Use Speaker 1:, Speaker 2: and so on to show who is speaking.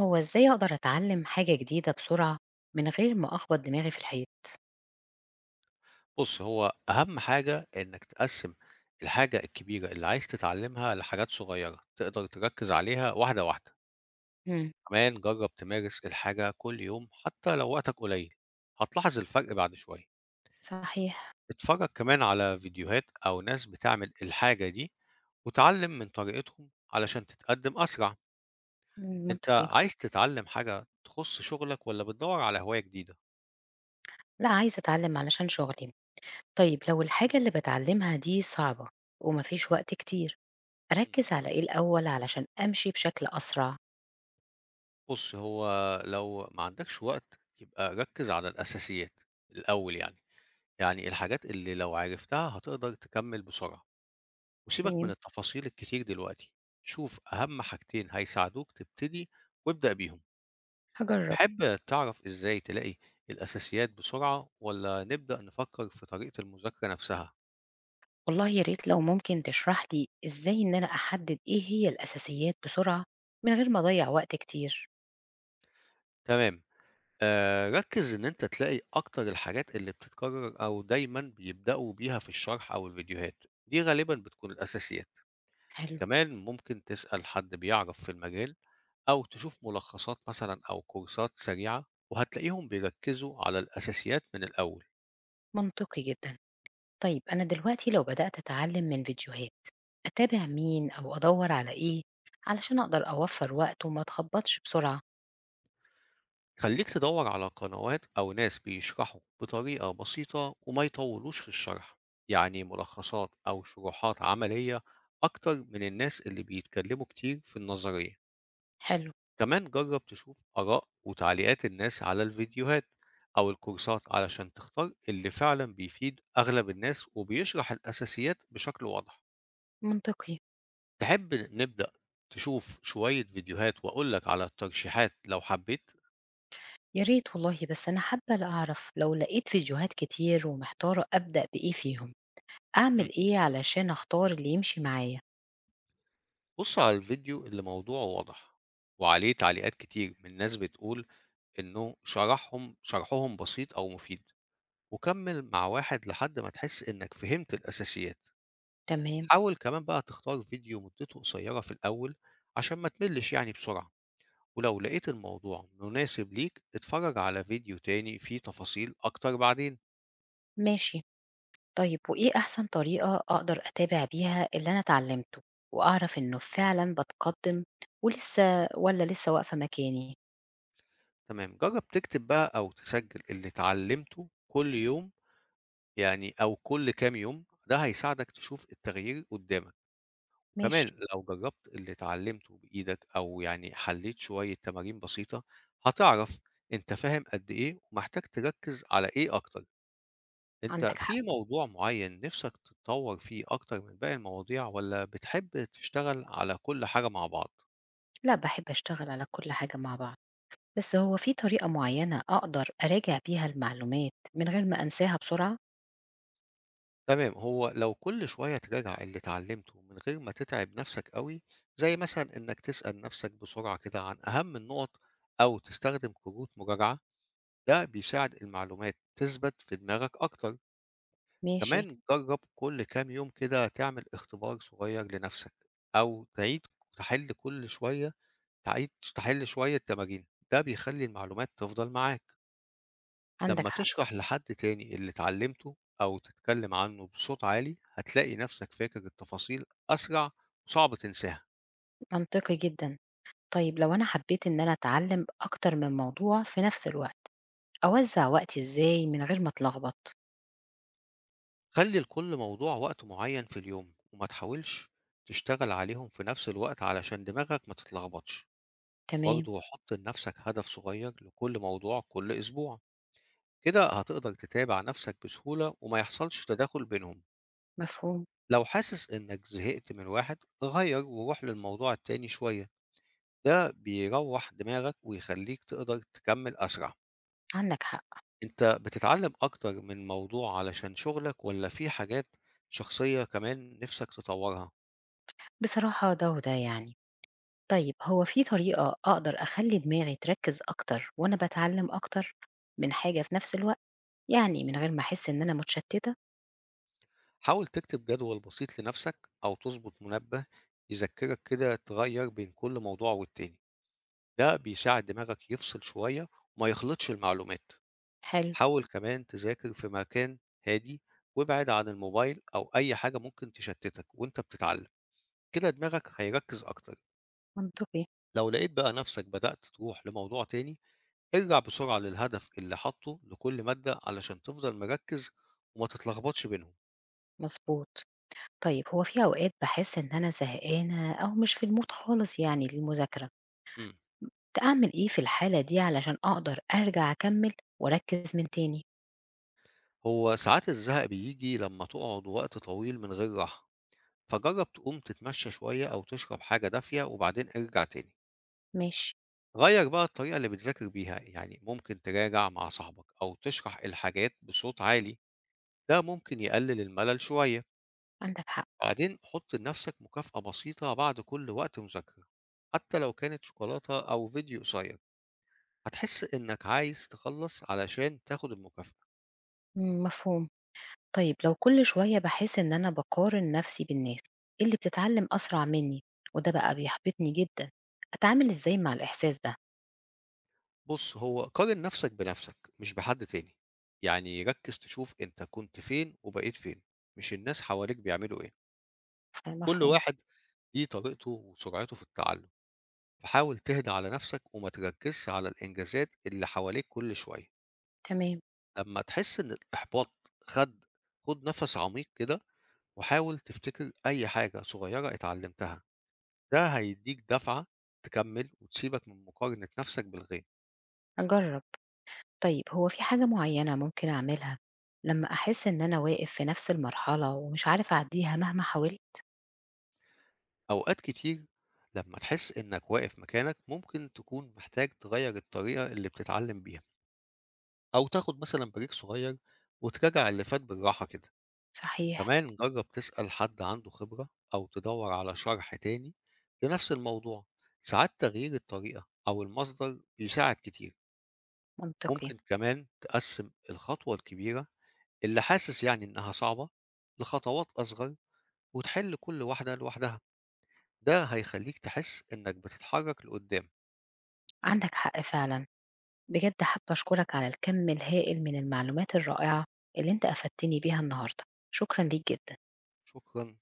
Speaker 1: هو إزاي أقدر أتعلم حاجة جديدة بسرعة من غير ما أخبط دماغي في الحيط؟
Speaker 2: بُص، هو أهم حاجة إنك تقسّم الحاجة الكبيرة اللي عايز تتعلّمها لحاجات صغيّرة تقدر تركّز عليها واحدة، واحدة.
Speaker 1: امم
Speaker 2: كمان جرّب تمارس الحاجة كل يوم حتى لو وقتك قليل، هتلاحظ الفرق بعد شوية.
Speaker 1: صحيح.
Speaker 2: اتفرّج كمان على فيديوهات أو ناس بتعمل الحاجة دي واتعلّم من طريقتهم علشان تتقدّم أسرع. أنت
Speaker 1: منطقي.
Speaker 2: عايز تتعلّم حاجة تخُص شغلك والّا بتدوّر على هواية جديدة؟
Speaker 1: لا عايزة أتعلم علشان شغلي. طيب لو الحاجة اللي بتعلمها دي صعبة ومفيش وقت كتير
Speaker 2: إمم.
Speaker 1: أركز على إيه الأول علشان أمشي بشكل أسرع؟
Speaker 2: بُص، هو لو ما عندكش وقت يبقى ركّز على الأساسيات الأول، يعني الحاجات اللي لو عرفتها هتقدر تكمّل بسرعة، وسيبك من
Speaker 1: تمام.
Speaker 2: التفاصيل الكتير دلوقتي. شوف أهم حاجتين هيساعدوك تبتدي وابدأ بيهم.
Speaker 1: هجرب.
Speaker 2: تحب تعرف إزاي تلاقي الأساسيات بسرعة والّا نبدأ نفكّر في طريقة المذاكرة نفسها؟
Speaker 1: والله يا ريت لو ممكن تشرح لي إزاي إن أنا أحدد إيه هي الأساسيات بسرعة من غير ما أضيع وقت كتير.
Speaker 2: تمام، ركّز إن أنت تلاقي أكتر الحاجات اللي بتتكرر أو دايمًا بيبدأوا بيها في الشرح أو الفيديوهات، دي غالبًا بتكون الأساسيات.
Speaker 1: حلو.
Speaker 2: كمان ممكن تسأل حد بيعرف في المجال أو تشوف ملخصات مثلًا أو كورسات سريعة، وهتلاقيهم بيركّزوا على الأساسيات من الأول.
Speaker 1: منطقي جدا. طيب أنا دلوقتي لو بدأت أتعلم من فيديوهات أتابع مين أو أدوّر على إيه علشان أقدر أوفّر وقت وما أتخبّطش بسرعة؟
Speaker 2: خلّيك تدوّر على قنوات أو ناس بيشرحوا بطريقة بسيطة وما يطوّلوش في الشرح، يعني ملخصات أو شروحات عملية أكتر من الناس اللي بيتكلموا كتير في النظرية.
Speaker 1: حلو،
Speaker 2: كمان جرّب تشوف آراء وتعليقات الناس على الفيديوهات أو الكورسات علشان تختار اللي فعلًا بيفيد أغلب الناس وبيشرح الأساسيات بشكل واضح.
Speaker 1: منطقي.
Speaker 2: تحب نبدأ تشوف شوية فيديوهات وأقول لك على الترشيحات لو حبيت؟
Speaker 1: يا ريت والله، بس أنا حابّة أعرف لو لقيت فيديوهات كتير ومحتارة أبدأ بإيه فيهم،
Speaker 2: إمم،
Speaker 1: أعمل إيه علشان أختار اللي يمشي معايا؟
Speaker 2: بُص على الفيديو اللي موضوعه واضح، وعليه تعليقات كتير من ناس بتقول إنه شرحهم بسيط أو مفيد، وكمّل مع واحد لحد ما تحس إنك فهمت الأساسيات.
Speaker 1: تمام.
Speaker 2: حاول كمان بقى تختار فيديو مدته قصيرة في الأول عشان ما تملّش يعني بسرعة، ولو لقيت الموضوع مناسب ليك اتفرّج على فيديو تاني فيه تفاصيل أكتر بعدين.
Speaker 1: ماشي، طيب وإيه أحسن طريقة أقدر أتابع بيها اللي أنا اتعلّمته وأعرف إنه فعلًا باتقدّم ولسه والّا لسه واقفة مكاني؟
Speaker 2: تمام، جرّب تكتب بقى أو تسجّل اللي اتعلّمته كل يوم، يعني أو كل كام يوم، ده هيساعدك تشوف التغيير قدّامك.
Speaker 1: ماشي،
Speaker 2: وكمان لو جرّبت اللي اتعلّمته بإيدك أو يعني حلّيت شوية تمارين بسيطة، هتعرف أنت فاهم قد إيه ومحتاج تركّز على إيه أكتر. أنت
Speaker 1: عندك حق.
Speaker 2: في موضوع معيّن نِفْسك تتطوّر فيه أكتر من باقي المواضيع والّا بتحب تشتغل على كل حاجة مع بعض؟
Speaker 1: لأ، باحب أشتغل على كل حاجة مع بعض. بس هو في طريقة معينة أقدر أراجع بيها المعلومات من غير ما أنساها بسرعة؟
Speaker 2: تمام، هو لو كل شوية تراجع اللي اتعلمته من غير ما تتعب نفسك قوي، زي مثلا إنك تسأل نفسك بسرعة كده عن أهم النقط أو تستخدم كروت مراجعة، ده بيساعد المعلومات تثبت في دماغك أكتر.
Speaker 1: ماشي.
Speaker 2: كمان جرب كل كام يوم كده تعمل اختبار صغير لنفسك، أو تحل كل شوية تعيد تحل شوية تمارين، ده بيخلي المعلومات تفضل معاك.
Speaker 1: عندك
Speaker 2: لما
Speaker 1: حق.
Speaker 2: تشرح لحد تاني اللي اتعلمته أو تتكلم عنه بصوت عالي، هتلاقي نفسك فاكر التفاصيل أسرع وصعب تنساها.
Speaker 1: منطقي جدا. طيب لو أنا حبيت إن أنا أتعلم أكتر من موضوع في نفس الوقت
Speaker 2: مم.
Speaker 1: أوزع وقتي إزاي من غير ما أتلخبط؟
Speaker 2: خلي لكل موضوع وقت معين في اليوم وما تحاولش تشتغل عليهم في نفس الوقت علشان دماغك ما تتلخبطش.
Speaker 1: تمام.
Speaker 2: برضه حط لنفسك هدف صغير لكل موضوع كل أسبوع، كده هتقدر تتابع نفسك بسهولة وما يحصلش تداخل بينهم.
Speaker 1: مفهوم.
Speaker 2: لو حاسس إنك زهقت من واحد غير وروح للموضوع التاني شوية، ده بيروّح دماغك ويخلّيك تقدر تكمّل أسرع.
Speaker 1: عندك حق.
Speaker 2: أنت بتتعلّم أكتر من موضوع علشان شغلك والّا في حاجات شخصية كمان نِفْسك تطوّرها؟
Speaker 1: بصراحة ده وده يعني. طيب هو في طريقة أقدر أخلي دماغي تركز أكتر وأنا بتعلم أكتر من حاجة في نفس الوقت؟ يعني من غير ما أحس إن أنا متشتتة؟
Speaker 2: حاول تكتب جدول بسيط لنَفْسك أو تضبط منبه يذكّرك كده تغيّر بين كل موضوع والتاني، ده بيساعد دماغك يفصل شوية وما يخلطش المعلومات.
Speaker 1: حلو.
Speaker 2: حاول كمان تذاكر في مكان هادي وابعد عن الموبايل أو أي حاجة ممكن تشتّتك وأنت بتتعلّم، كده دماغك هيركّز أكتر.
Speaker 1: منطقي.
Speaker 2: لو لقيت بقى نفسك بدأت تروح لموضوع تاني، ارجع بسرعة للهدف اللي حاطه لكل مادة علشان تفضل مركز وما تتلخبطش بينهم.
Speaker 1: مظبوط. طيب هو في أوقات باحس إن أنا زهقانة أو مش في المود خالص يعني للمذاكرة،
Speaker 2: مم.
Speaker 1: أعمل إيه في الحالة دي علشان أقدر أرجع أكمل وأركز من تاني؟
Speaker 2: هو ساعات الزهق بيجي لما تقعد وقت طويل من غير راحة، فجرب تقوم تتمشى شوية أو تشرب حاجة دافية وبعدين ارجع تاني.
Speaker 1: ماشي،
Speaker 2: غير بقى الطريقة اللي بتذاكر بيها، يعني ممكن تراجع مع صاحبك أو تشرح الحاجات بصوت عالي، ده ممكن يقلل الملل شوية.
Speaker 1: عندك حق،
Speaker 2: بعدين حُط لنَفْسك مكافأة بسيطة بعد كل وقت مذاكرة، حتى لو كانت شوكولاتة أو فيديو قصير، هتحس إنّك عايز تخلّص علشان تاخُد المكافأة.
Speaker 1: مفهوم. طيب لو كل شوية باحس إن أنا باقارن نفسي بالناس إيه اللي بتتعلم أسرع مني وده بقى بيحبطني جدًا، أتعامل إزاي مع الإحساس ده؟
Speaker 2: بُص، هو قارن نَفْسك بنَفْسك مش بحد تاني، يعني ركّز تشوف أنت كنت فين وبقيت فين، مش الناس حواليك بيعملوا إيه.
Speaker 1: آه،
Speaker 2: كل
Speaker 1: مفهوم،
Speaker 2: واحد ليه طريقته وسرعته في التعلُّم، فحاول تهدى على نَفْسك وما تركّزش على الإنجازات اللي حواليك كل شوية.
Speaker 1: تمام.
Speaker 2: لمّا تحس إن الإحباط خَد خُد نَفَس عميق كده، وحاول تفتكر أي حاجة صغيرة اتعلمتها، ده هيديك دفعة تكمل وتسيبك من مقارنة نفسك بالغير.
Speaker 1: أجرب. طيب هو في حاجة معينة ممكن أعملها لما أحس إن أنا واقف في نفس المرحلة ومش عارف أعديها مهما حاولت؟
Speaker 2: أوقات كتير لما تحس إنك واقف مكانك ممكن تكون محتاج تغير الطريقة اللي بتتعلم بيها أو تاخد مثلا بريك صغير وتراجع اللي فات بالراحة كده.
Speaker 1: صحيح،
Speaker 2: كمان جرب تسأل حد عنده خبرة أو تدور على شرح تاني لنفس الموضوع، ساعات تغيير الطريقة أو المصدر بيساعد كتير.
Speaker 1: منطقي،
Speaker 2: ممكن كمان تقسم الخطوة الكبيرة اللي حاسس يعني إنها صعبة لخطوات أصغر وتحل كل واحدة لوحدها، ده هيخليك تحس إنك بتتحرك لقدام.
Speaker 1: عندك حق فعلًا، بجد حابة أشكرك على الكم الهائل من المعلومات الرائعة اللي أنت أفدتني بيها النهارده، شكرًا ليك جدًا.
Speaker 2: شكرا.